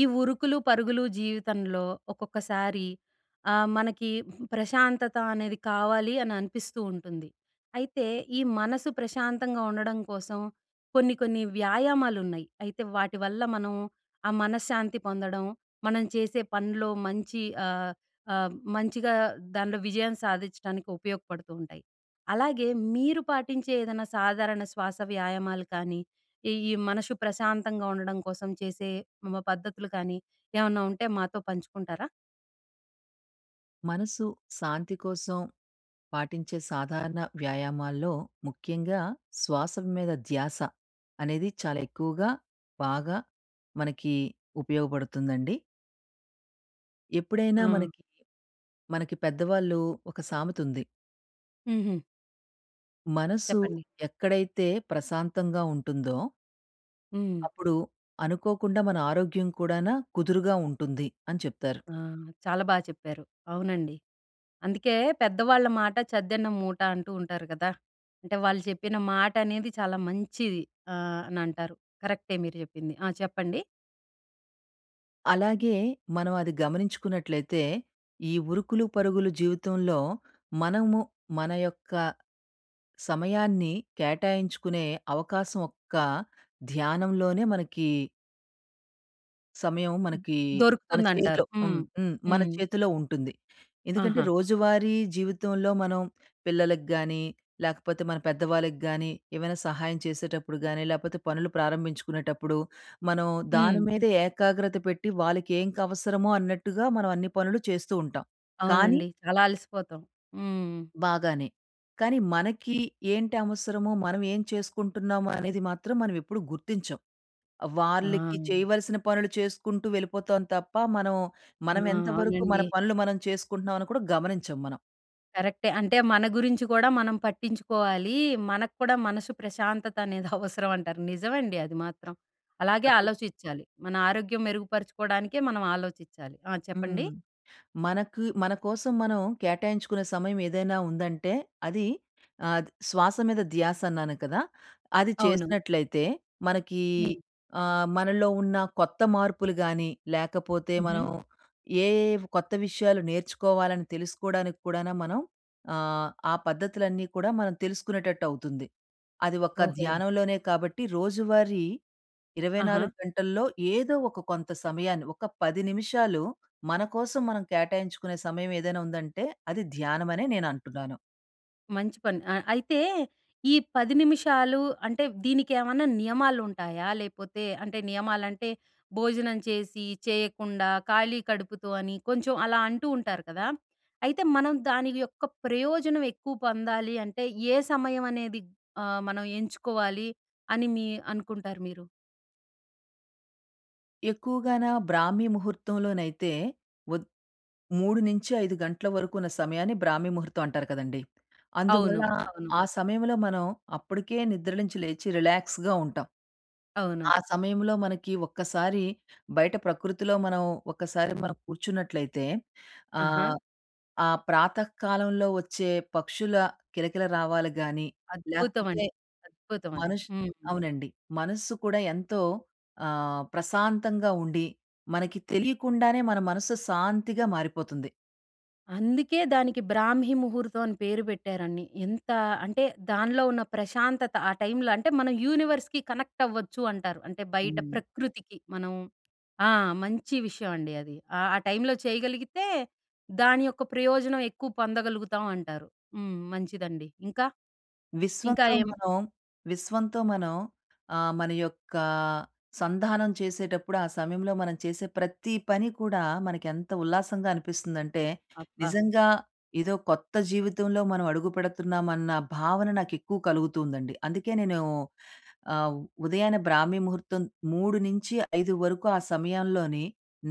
ఈ ఉరుకులు, పరుగులు జీవితంలో ఒక్కొక్కసారి మనకి ప్రశాంతత అనేది కావాలి అని అనిపిస్తూ ఉంటుంది. అయితే ఈ మనసు ప్రశాంతంగా ఉండడం కోసం కొన్ని కొన్ని వ్యాయామాలున్నాయి. అయితే వాటి వల్ల మనం ఆ మనశ్శాంతి పొందడం, మనం చేసే పనిలో మంచి ఆహ్, ఆహ్, మంచిగా దానిలో విజయం సాధించడానికి ఉపయోగపడుతూ ఉంటాయి. అలాగే మీరు పాటించే ఏదైనా సాధారణ శ్వాస వ్యాయామాలు కానీ, ఈ ఈ మనసు ప్రశాంతంగా ఉండడం కోసం చేసే పద్ధతులు కానీ, ఏమన్నా ఉంటే మాతో పంచుకుంటారా? మనసు శాంతి కోసం పాటించే సాధారణ వ్యాయామాల్లో ముఖ్యంగా శ్వాస మీద ధ్యాస అనేది చాలా ఎక్కువగా బాగా మనకి ఉపయోగపడుతుందండి. ఎప్పుడైనా ఆ! మనకి పెద్దవాళ్ళు ఒక సామెత ఉంది. హుహు. మనసు చెప్పండి. ఎక్కడైతే ప్రశాంతంగా ఉంటుందో హ్మ్. అప్పుడు అనుకోకుండా మన ఆరోగ్యం కూడానా కుదురుగా ఉంటుంది అని చెప్తారు. ఆ! చాలా బా చెప్పారు. అవునండి. అందుకే పెద్దవాళ్ళ మాట చద్దన్న మూట అంటూ ఉంటారు కదా! అంటే వాళ్ళు చెప్పిన మాట అనేది చాలా మంచిది అని అంటారు. కరెక్టే మీరు చెప్పింది. ఆ! చెప్పండి. అలాగే మనం అది గమనించుకున్నట్లయితే, ఈ ఉరుకులు పరుగులు జీవితంలో మనము మన యొక్క సమయాన్ని కేటాయించుకునే అవకాశం ఒక్క ధ్యానంలోనే మనకి సమయం మనకి మన దొరుకుతుందంటారు. చేతిలో హ్మ్. హ్మ్. హ్మ్. మన హ్మ్. చేతిలో ఉంటుంది. ఎందుకంటే ఆహా! రోజువారీ జీవితంలో మనం పిల్లలకి గానీ, లేకపోతే మన పెద్దవాళ్ళకి గానీ, ఏమైనా సహాయం చేసేటప్పుడు గానీ, లేపోతే పనులు ప్రారంభించుకునేటప్పుడు, మనం హ్మ్. దాని మీద ఏకాగ్రత పెట్టి వాళ్ళకి ఏం అవసరమో అన్నట్టుగా మనం అన్ని పనులు చేస్తూ ఉంటాం. కానీ అవునండి. చాలా అలసిపోతాం. హ్మ్. బాగానే. కానీ మనకి ఏంటి అవసరమో, మనం ఏం చేసుకుంటున్నామో అనేది మాత్రం మనం ఎప్పుడు గుర్తించం. ఆ! వాళ్ళకి చేయవలసిన పనులు చేసుకుంటూ వెళ్ళిపోతాం తప్ప, మనం ఆ! మనం ఎంతవరకు మన అవునండి. పనులు మనం చేసుకుంటున్నామని కూడా గమనించం మనం. కరెక్టే. అంటే మన గురించి కూడా మనం పట్టించుకోవాలి. మనకు కూడా మనసు ప్రశాంతత అనేది అవసరం అంటారు. నిజమండి అది మాత్రం. అలాగే తప్పు ఆలోచించాలి. మన ఆరోగ్యం మెరుగుపరుచుకోవడానికే మనం ఆలోచించాలి. ఆ! చెప్పండి? హ్మ్. మనకు మన కోసం మనం కేటాయించుకునే సమయం ఏదైనా ఉందంటే అది ఆహ్, ది శ్వాస మీద ధ్యాస అన్నాను కదా! అది అవును. చేసినట్లయితే మనకి హ్మ్. మనలో ఉన్న కొత్త మార్పులు గాని, లేకపోతే హుహు. మనం ఏ కొత్త విషయాలు నేర్చుకోవాలని తెలుసుకోవడానికి కూడాను మనం ఆ పద్ధతులన్నీ కూడా మనం తెలుసుకునేటట్టు అవుతుంది. అది ఒక్క ఓహో! ధ్యానంలోనే కాబట్టి రోజువారీ ఆహా! 24 గంటల్లో ఏదో ఒక కొంత సమయాన్ని, ఒక 10 నిమిషాలు మన కోసం మనం కేటాయించుకునే సమయం ఏదైనా ఉందంటే, అది ధ్యానమనే నేనంటున్నాను. మంచి పని. అయితే ఈ 10 నిమిషాలు అంటే దీనికేమన్నా నియమాలుంటాయా? లేపోతే అంటే నియమాలంటే భోజనం చేసి, చేయకుండా, ఖాళీ కడుపుతో అని కొంచెం అలా అంటూ ఉంటారు కదా! అయితే మనం దాని యొక్క ప్రయోజనం ఎక్కువ పొందాలి అంటే ఏ సమయం అనేది మనం ఎంచుకోవాలి అని అనుకుంటారు మీరు? ఎక్కువగాన బ్రాహ్మీ ముహూర్తంలోనైతే ఒద్ 3-5 గంటల వరకున్న సమయాన్ని బ్రాహ్మీ ముహూర్తం అంటారు కదండీ! అవును. అందువల్ల అవును. ఆ సమయంలో మనం అప్పటికే నిద్ర నుంచి లేచి రిలాక్స్‌గా ఉంటాం. అవును. ఆ సమయంలో మనకి ఒక్కసారి బయట ప్రకృతిలో మనం ఒక్కసారి మనం కూర్చున్నట్లయితే ఆహా! ఆహ్, ఆ ప్రాతకాలంలో వచ్చే పక్షుల కిలకిల రావాలు గాని, లేకపోతే అద్భుతమండి. అద్భుతం అది. మనుష్ హ్మ్. అవునండి. మనస్సు కూడా ఎంతో ప్రశాంతంగా ఉండి, మనకి తెలియకుండానే మన మనసు శాంతిగా మారిపోతుంది. అందుకే దానికి బ్రాహ్మీ ముహూర్తం అని పేరు పెట్టారండి. ఎంత అంటే దానిలో ఉన్న ప్రశాంతత ఆ టైంలో అంటే మనం యూనివర్స్‌కి కనెక్ట్ అవ్వచ్చు అంటారు. అంటే బయట హ్మ్. ప్రకృతికి మనం ఆ! మంచి విషయం అండి అది. ఆ టైంలో చేయగలిగితే దాని యొక్క ప్రయోజనం ఎక్కువ పొందగలుగుతాం అంటారు. హ్మ్. మంచిదండి. ఇంకా? ఇంకా విశ్వంతో ఏం మనం విశ్వంతో మనం మన యొక్క సంధానం చేసేటప్పుడు, ఆ సమయంలో మనం చేసే ప్రతి పని కూడా మనకెంత ఉల్లాసంగా అనిపిస్తుందంటే, అబ్బా! నిజంగా ఏదో కొత్త జీవితంలో మనం అడుగుపెడుతున్నామన్న భావన నాకెక్కువ కలుగుతుందండి. అందుకే నేను ఆహ్, ఉదయాన్నే బ్రాహ్మీ ముహూర్తం 3-5 వరకు ఆ సమయంలోని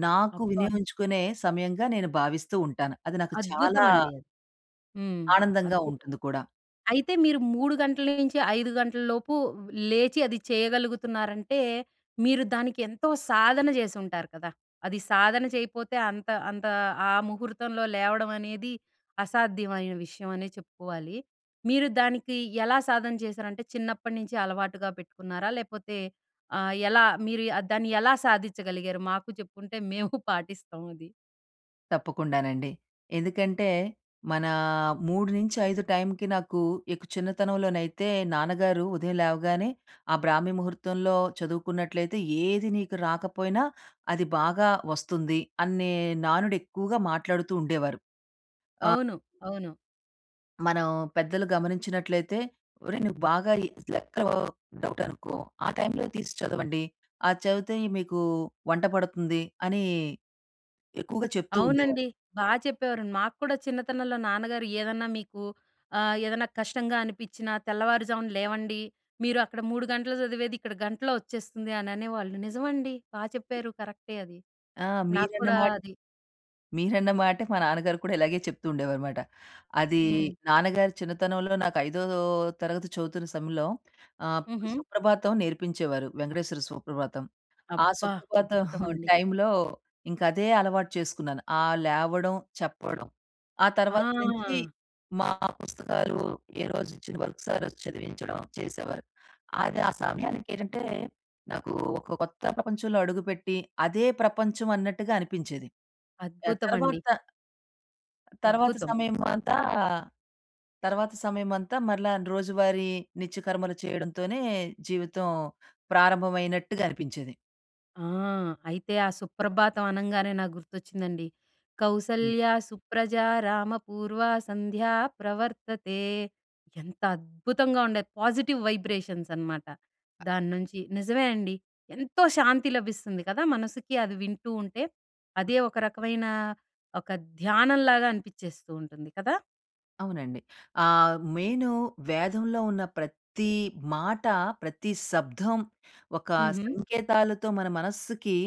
నాకు అబ్బా! వినియోగించుకునే సమయంగా నేను భావిస్తూ ఉంటాను. అది నాకు చాలా అద్భుతమండి అది. హ్మ్. ఆనందంగా అద్భుతం. ఉంటుంది కూడా. అయితే మీరు 3 గంటల నుంచి 5 గంటల లోపు లేచి అది చేయగలుగుతున్నారంటే, మీరు దానికి ఎంతో సాధన చేసుంటారు కదా! అది సాధన చేయపోతే అంత అంత ఆ ముహూర్తంలో లేవడం అనేది అసాధ్యమైన విషయం అనే చెప్పుకోవాలి. మీరు దానికి ఎలా సాధన చేశారంటే చిన్నప్పటి నుంచి అలవాటుగా పెట్టుకున్నారా? లేపోతే ఎలా మీరు దాన్ని ఎలా సాధించగలిగారు? మాకు చెప్పుంటే మేము పాటిస్తాం అది. తప్పకుండానండి. ఎందుకంటే, మన 3-5 టైంకి నాకు ఇక చిన్నతనంలోనైతే నాన్నగారు ఉదయం లేవగానే ఆ బ్రాహ్మీ ముహూర్తంలో చదువుకున్నట్లయితే ఏది నీకు రాకపోయినా అది బాగా వస్తుంది అనే నానుడు ఎక్కువగా మాట్లాడుతూ ఉండేవారు. ఆహ్, అవును. అవును. మనం పెద్దలు గమనించినట్లయితే, "ఒరేయ్! నువ్వు బాగా ఈ లెక్కలో డౌట్ అనుకో, ఆ టైంలో తీసి చదవండి. అది చదివితే మీకు వంట పడుతుంది" అని ఎక్కువగా చెప్తూ ఉండేవారు. అవునండి. బా చెప్పేవారండి. మాకు కూడా చిన్నతనంలో నాన్నగారు ఏదన్నా మీకు ఏదన్నా కష్టంగా అనిపిచ్చినా తెల్లవారుజామున లేవండి. మీరు అక్కడ 3 గంటలు చదివేది ఇక్కడ గంటలో వచ్చేస్తుంది అని అనేవాళ్ళు. నిజమండి. బా చెప్పారు. కరెక్టే అది. ఆ! నాకు మీరన్న కూడా మాట అది మీరన్న మాటే మా నాన్నగారు కూడా ఇలాగే చెప్తూ ఉండేవారుమాట. అది హ్మ్. నాన్నగారు చిన్నతనంలో నాకు ఐదో తరగతి చదువుతున్న సమయంలో ఆహ్, హుహు. సుప్రభాతం నేర్పించేవారు. వెంకటేశ్వర సుప్రభాతం. ఆ అబ్బా! సుప్రభాతం అద్భుతమండి. టైంలో ఇంక అదే అలవాటు చేసుకున్నాను. ఆ లేవడం, చెప్పడం. ఆ తర్వాత నుంచి ఆ! మా పుస్తకాలు ఏ రోజు ఇచ్చిన వర్క్ సార్ వచ్చి చదివించడం చేసేవారు. అది ఆ సమయానికేంటంటే నాకు ఒక కొత్త ప్రపంచంలో అడుగుపెట్టి, అదే ప్రపంచం అన్నట్టుగా అనిపించేది. ఆహ్, అద్భుతమండి. తర్వాత తర్వాత అద్భుతం. సమయమంతా తర్వాత సమయమంతా మరలా రోజువారీ నిత్యకర్మలు చేయడంతోనే జీవితం ప్రారంభమైనట్టుగా అనిపించేది. ఆ! అయితే ఆ సుప్రభాతం అనంగానే నాకు గుర్తొచ్చిందండి. కౌసల్య సుప్రజా రామ పూర్వా సంధ్యా ప్రవర్తతే. ఎంత అద్భుతంగా ఉండేది. పాజిటివ్ వైబ్రేషన్స్ అన్నమాట. దాన్నుంచి నిజమే అండి. ఎంతో శాంతి లభిస్తుంది కదా! మనసుకి అది వింటూ ఉంటే. అదే ఒక రకమైన ఒక ధ్యానంలాగా అనిపిచ్చేస్తూ ఉంటుంది కదా! అవునండి. మెయిను వేదంలో ఉన్న ప్రతి మాట, ప్రతి శబ్దం ఒక హుహు. సంకేతాలతో మన మనస్సుకి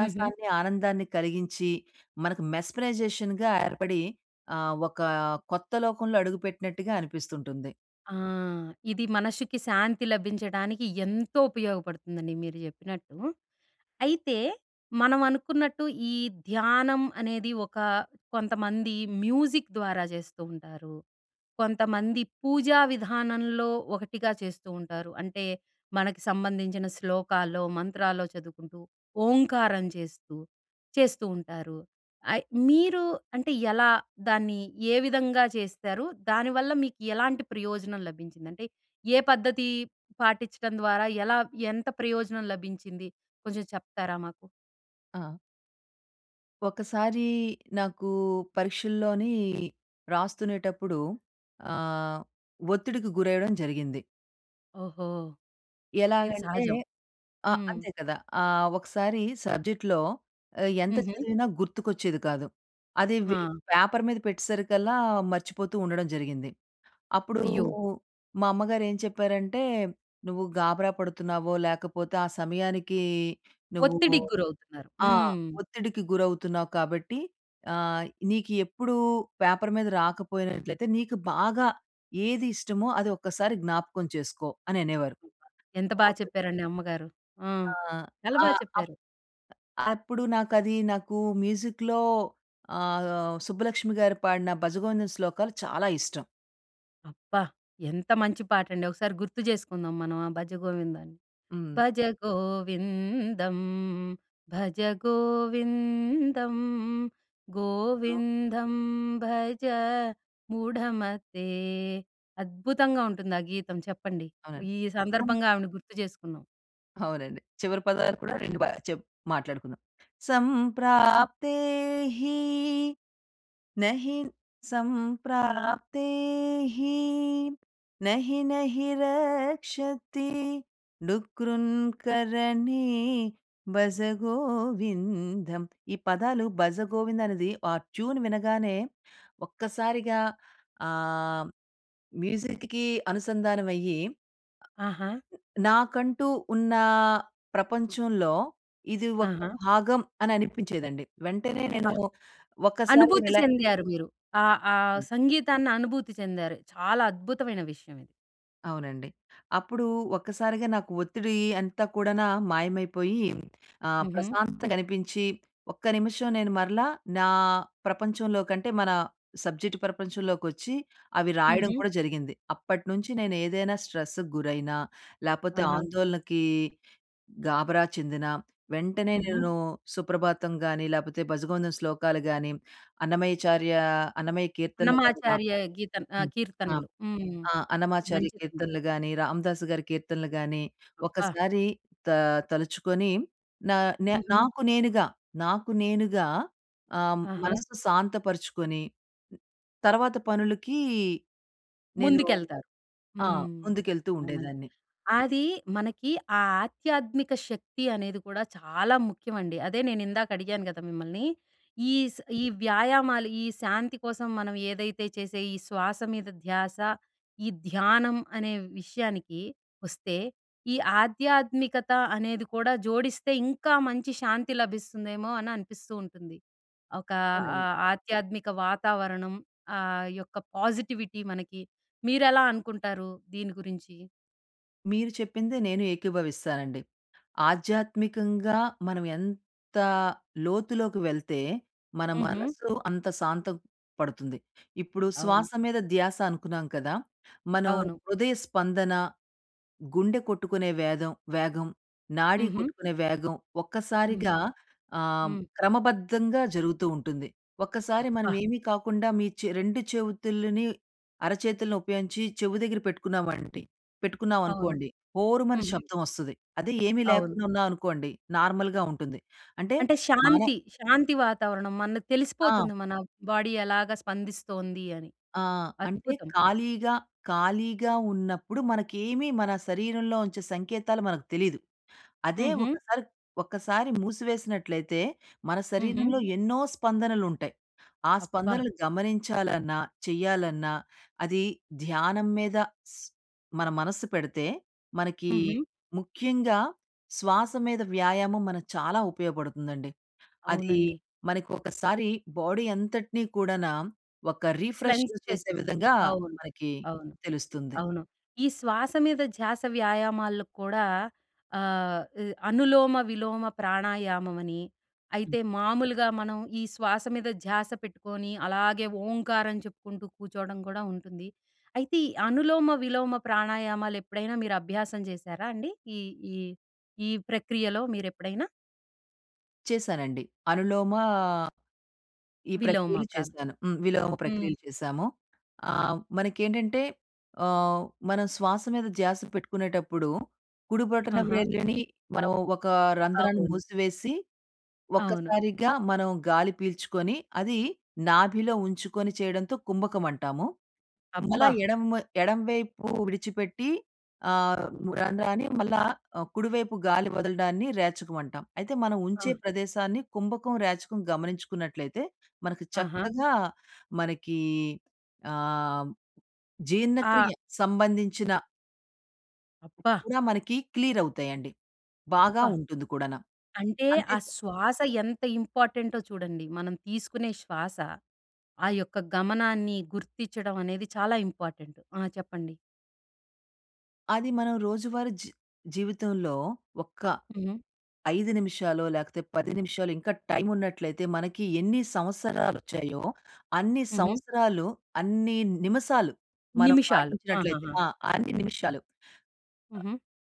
హుహు. ఆనందాన్ని కలిగించి, మనకు మెస్మరైజేషన్‌గా ఏర్పడి ఒక కొత్త లోకంలో అడుగుపెట్టినట్టుగా అనిపిస్తుంటుంది. ఆ! ఇది మనసుకి శాంతి లభించడానికి ఎంతో ఉపయోగపడుతుందండి మీరు జెప్పినట్టు. అయితే, మనం అనుకున్నట్టు ఈ ధ్యానం అనేది ఒక కొంతమంది మ్యూజిక్ ద్వారా చేస్తూ ఉంటారు. కొంతమంది పూజా విధానంలో ఒకటిగా చేస్తూ ఉంటారు. అంటే, మనకి సంబంధించిన శ్లోకాల్లో, మంత్రాల్లో చదువుకుంటూ, ఓంకారం చేస్తూ, చేస్తూ ఉంటారు. అయ్ మీరు అంటే ఎలా దాన్ని ఏ విధంగా చేస్తారు? దానివల్ల మీకు ఎలాంటి ప్రయోజనం లభించింది? అంటే, ఏ పద్ధతి పాటించడం ద్వారా ఎలా ఎంత ప్రయోజనం లభించింది? కొంచెం చెప్తారా మాకు? ఆ! ఒకసారి నాకు పరీక్షల్లోని రాస్తునేటప్పుడు ఆహ్, ఒత్తిడికి గురవ్వడం జరిగింది. ఓహో! ఇది ఎలాగంటే సహజం. ఆ! హ్మ్. అంతే కదా! ఒకసారి సబ్జెక్ట్‌లో ఎంత హుహు. చదివినా గుర్తుకొచ్చేది కాదు. అదే ఆ! పేపర్ మీద పెట్టేసరికల్లా మర్చిపోతూ ఉండడం జరిగింది. అప్పుడు అయ్యో! మా అమ్మగారు ఏం చెప్పారంటే, "నువ్వు గాబరా పడుతున్నావో, లేకపోతే ఆ సమయానికి నువ్వు ఒత్తిడికి గురవుతున్నారు. ఆ! హ్మ్. ఒత్తిడికి గురవుతున్నావు కాబట్టి ఆహ్, నీకు ఎప్పుడు పేపర్ మీద రాకపోయినట్లయితే, నీకు బాగా ఏది ఇష్టమో అది ఒక్కసారి జ్ఞాపకం చేసుకో" అని అనేవారు. అబ్బా! ఎంత బా ఒక చెప్పారండి అమ్మగారు. ఆ! ఆ! చాలా బా ఆ! చెప్పారు. అప్పుడు నాకు మ్యూజిక్‌లో ఆహ్, సుబ్బలక్ష్మి గారు పాడిన భజగోవిందం శ్లోకాలు చాలా ఇష్టం. అబ్బా! ఎంత మంచి పాటండి. ఒకసారి గుర్తు చేసుకుందాం మనం ఆ 'భజ గోవిందాన్ని'. హ్మ్. భజ గోవిందం భజ గోవిందం ఓహ్! గోవిందం భజ మూఢమతే అద్భుతంగా ఉంటుంది ఆ గీతం చెప్పండి. అవునండి. ఈ సందర్భంగా ఆవిడని గుర్తు చేసుకున్నాం. అవునండి. చివరి పదాలు కూడా 2 బా మాట్లాడుకుందాం. సంప్రాప్తే హి నహి సంప్రాప్తే హి నహి నహి రక్షతి డుక్రున్కరణే భజ గోవిందం. ఈ పదాలు 'భజ గోవిందం' అనేది ఆ ట్యూన్ వినగానే ఒక్కసారిగా ఆహ్, మ్యూజిక్‌కి అనుసంధానమయ్యి ఆహా! నాకంటూ ఉన్న ప్రపంచంలో ఇది ఒక ఆహా! భాగం అని అనిపించేదండి. వెంటనే నేను అబ్బా! ఒక్కసారి అనుభూతి చెందారు మీరు. ఆ ఆ సంగీతాన్ని అనుభూతి చెందారు. చాలా అద్భుతమైన విషయం ఇది. అవునండి. అప్పుడు ఒక్కసారిగా నాకు ఒత్తిడి అంతా కూడానా మాయమైపోయి హుహు. ప్రశాంతంగా అనిపించి, ఒక్క నిమిషం నేను మరలా నా ప్రపంచంలోకంటే మన సబ్జెక్ట్ ప్రపంచంలోకొచ్చి అవి రాయడం హుహు. కూడా జరిగింది. అప్పటినుంచి నేను ఏదైనా స్ట్రెస్‌కి గురైనా, లేపోతే ఆహా! ఆందోళనకి గాబరా చెందిన, వెంటనే హుహు. నేను సుప్రభాతం గాని, లేపోతే భజగోండం శ్లోకాలు గాని, అన్నమయచార్య అన్నమయ్య కీర్తనలు గాని రా అన్నమాచార్య గీత హ్మ్. ఆ! కీర్తనలు. హ్మ్. ఆ! అన్నమాచార్య మంచిదండి. కీర్తనలు గాని, రామదాసు గారి కీర్తనలు గాని, అబ్బా! ఒకసారి త తలుచుకొని నా నే హుహు. నాకు నేనుగా, నాకు నేనుగా ఆహా! మనసు శాంతపరుచుకొని, తర్వాత పనులకి నేను ముందుకెళ్తారు. ఆ! హ్మ్. ముందుకెళ్తూ ఆ! ఉండేదాన్ని. అది మనకి ఆ ఆధ్యాత్మిక శక్తి అనేది కూడా చాలా ముఖ్యమండి. అదే నేనిందాక అడిగాను గదా మిమ్మల్ని. ఈ వ్యాయామాలు, ఈ శాంతి కోసం మనం ఏదైతే చేసే ఈ శ్వాస మీద ధ్యాస, ఈ ధ్యానం అనే విషయానికి వస్తే, ఈ ఆధ్యాత్మికత అనేది కూడా జోడిస్తే ఇంకా మంచి శాంతి లభిస్తుందేమో అని అనిపిస్తూ ఉంటుంది. ఒక అవునండి. ఆధ్యాత్మిక వాతావరణం యొక్క పాజిటివిటీ మనకి మీరెలా అనుకుంటారు దీని గురించి? మీరు చెప్పిందే నేను ఏకీభవిస్తానండి. ఆధ్యాత్మికంగా మనం ఎంత లోతులోకి వెళ్తే, మన హుహు. మనసు అంత శాంతం పడుతుంది. ఇప్పుడు అవును. శ్వాస మీద ధ్యాస అనుకున్నాం కదా! మనం అవును. హృదయ స్పందన గుండె కొట్టుకునే వేగం, నాడి హుహు. కొట్టుకునే వేగం ఒక్కసారిగా హ్మ్. హ్మ్. క్రమబద్ధంగా జరుగుతూ ఉంటుంది. ఒక్కసారి మనం అబ్బా! ఏమీ కాకుండా మీ రెండు చేతుల్ని అరచేతులను ఉపయోగించి చెవు దగ్గర పెట్టుకున్నామండి అవును. పెట్టుకున్నామనుకోండి. హోరుమని హుహు. శబ్దం ఒస్తది. అదే ఏమీ అవును. లేకుండా ఉన్నాం అనుకోండి నార్మల్‌గా ఉంటుంది. అంటే అంటే మన శాంతి, శాంతి వాతావరణం. మనకు తెలిసిపోతుంది ఆ! మన బాడీ ఎలాగా స్పందిస్తోంది అని. ఆ! అంటే అద్భుతం. ఖాళీగా, ఖాళీగా ఉన్నప్పుడు మనకేమి మన శరీరంలో ఉంచే సంకేతాలు మనకు తెలీదు. అదే హుహు. ఒకసారి ఒక్కసారి మూసివేసినట్లయితే మన హుహు. శరీరంలో ఎన్నో స్పందనలుంటాయి. ఆ అబ్బా! స్పందనలు గమనించాలన్నా, చెయ్యాలన్నా అది ధ్యానం మీద స్ మన మనస్సు పెడితే మనకి హుహు. ముఖ్యంగా శ్వాస మీద వ్యాయామం మనకు చాలా ఉపయోగపడుతుందండి. అది అవునండి. మనకొకసారి బాడీ అంతటిని కూడానా ఒక రిఫ్రెష్ క్లెన్స్ చేసే చేసేస్తుంది. విధంగా అవును. మనకి అవును. తెలుస్తుంది. అవును. ఈ శ్వాస మీద ధ్యాస వ్యాయామాల్లో కూడా ఆహ్, ఇ అనులోమ, విలోమ ప్రాణాయామం అని, హ్మ్. అయితే మామూలుగా మనం ఈ శ్వాస మీద ధ్యాస పెట్టుకొని అలాగే ఓంకారం చెప్పుకుంటూ కూర్చోవడం కూడా ఉంటుంది. అయితే ఈ అనులోమ, విలోమ ప్రాణాయామాలు ఎప్పుడైనా మీరు అభ్యాసం చేశారా అండి? ఈ ఈ ఈ ప్రక్రియలో మీరెప్పుడైనా చేశానండి. అనులోమ ఈ విలోమ ప్రక్రియలు ప్రాణ చేశాను. హ్మ్. విలోమ హ్మ్. ప్రక్రియలు చేశాము. మనకేంటంటే మనం శ్వాస మీద ధ్యాస పెట్టుకునేటప్పుడు కుడి బొటన ఆహా! వ్రేలిని మనం ఒక రంధ్రాన్ని అవును. మూసివేసి అవును. ఒక్కసారిగా మనం గాలి పీల్చుకొని, అది నాభిలో ఉంచుకొని చేయడంతో కుంభకం అంటాము. మళ్ళా అబ్బా! ఎడమ ఎడమవైపు విడిచిపెట్టి ఆహ్, రంధ్రాన్ని మళ్ళా కుడివైపు గాలి వదలడాన్ని రేచకం అంటాం. అయితే మనం ఆ! ఉంచే ప్రదేశాన్ని కుంభకం, రేచకం గమనించుకున్నట్లయితే మనకు ఆహా! చక్కగా మనకి ఆహ్, ఆ! జీర్ణక్రియ సంబంధించిన అబ్బా! కూడా మనకి క్లియర్ అవుతాయండి. బాగా అబ్బా! ఉంటుంది కూడాన. అంటే, అంతే ఆ శ్వాస ఎంత ఇంపార్టెంటో చూడండి. మనం తీసుకునే శ్వాస, ఆ యొక్క గమనాన్ని గుర్తించడం అనేది చాలా ఇంపార్టెంట్. ఆ! చెప్పండి. అది మనం రోజువారీ జీవితంలో ఒక్క హుహు. 5 నిమిషాలో, లేకపోతే 10 నిమిషాలో ఇంకా టైమున్నట్లయితే, మనకి ఎన్ని సంవత్సరాలొచ్చాయో, అన్ని హుహు. సంవత్సరాలు, అన్ని నిమిషాలు మనం నిమిషాలు. పాటించినట్లయితే ఆహాహా! ఆ! అన్ని నిమిషాలు. హుహు.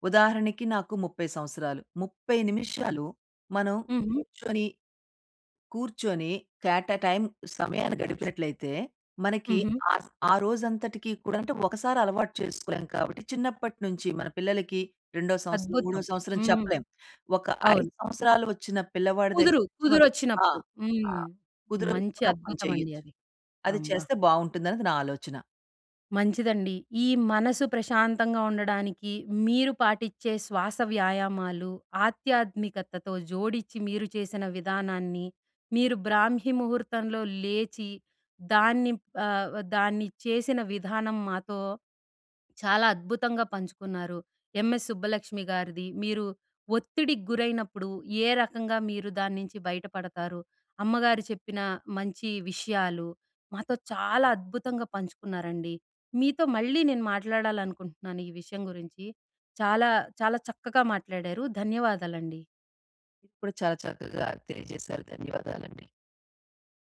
ఉదాహరణకి నాకు 30 సంవత్సరాలు. 30 నిమిషాలు మనం హుహు. కూర్చొని కూర్చొని కేటా టైం సమయాన్ని గడిపినట్లయితే, మనకి హుహు. ఆ రోజంతటికి కూడా అంటే ఒకసారి అలవాటు చేసుకోలేం కాబట్టి, చిన్నప్పటి నుంచి మన పిల్లలకి రెండో సంవత్సరం, మూడో అద్భుతం. సంవత్సరం హ్మ్. చెప్పలేం. ఒక 5 అవును. సంవత్సరాలు వచ్చిన పిల్లవాడి దగ్గర కుదురు, నుంచి మనం ఆ! కుదురొచ్చినప్పుడు. ఆ! హ్మ్. మంచి కుదిరినప్పుడు ఆ పని అద్భుతమండి చేయొచ్చు. అది. అది అబ్బా! చేస్తే బావుంటుందనేది నా ఆలోచన. మంచిదండి. ఈ మనసు ప్రశాంతంగా ఉండడానికి మీరు పాటిచ్చే శ్వాస వ్యాయామాలు, ఆధ్యాత్మికతతో జోడించి మీరు చేసిన విధానాన్ని, మీరు బ్రాహ్మీ ముహూర్తంలో లేచి దాన్ని దాన్ని చేసిన విధానం మాతో చాలా అద్భుతంగా పంచుకున్నారు. MS సుబ్బలక్ష్మి గారిది. మీరు ఒత్తిడికి గురైనప్పుడు ఏ రకంగా మీరు దాని నుంచి బయటపడతారు? అమ్మగారు చెప్పిన మంచి విషయాలు మాతో చాలా అద్భుతంగా పంచుకున్నారండి. మీతో మళ్ళీ నేను మాట్లాడాలనుకుంటున్నాను ఈ విషయం గురించి. చాలా చాలా చక్కగా మాట్లాడారు. ధన్యవాదాలండి. మీరు కూడా చాలా చక్కగా తెలియజేశారు. ధన్యవాదాలండి.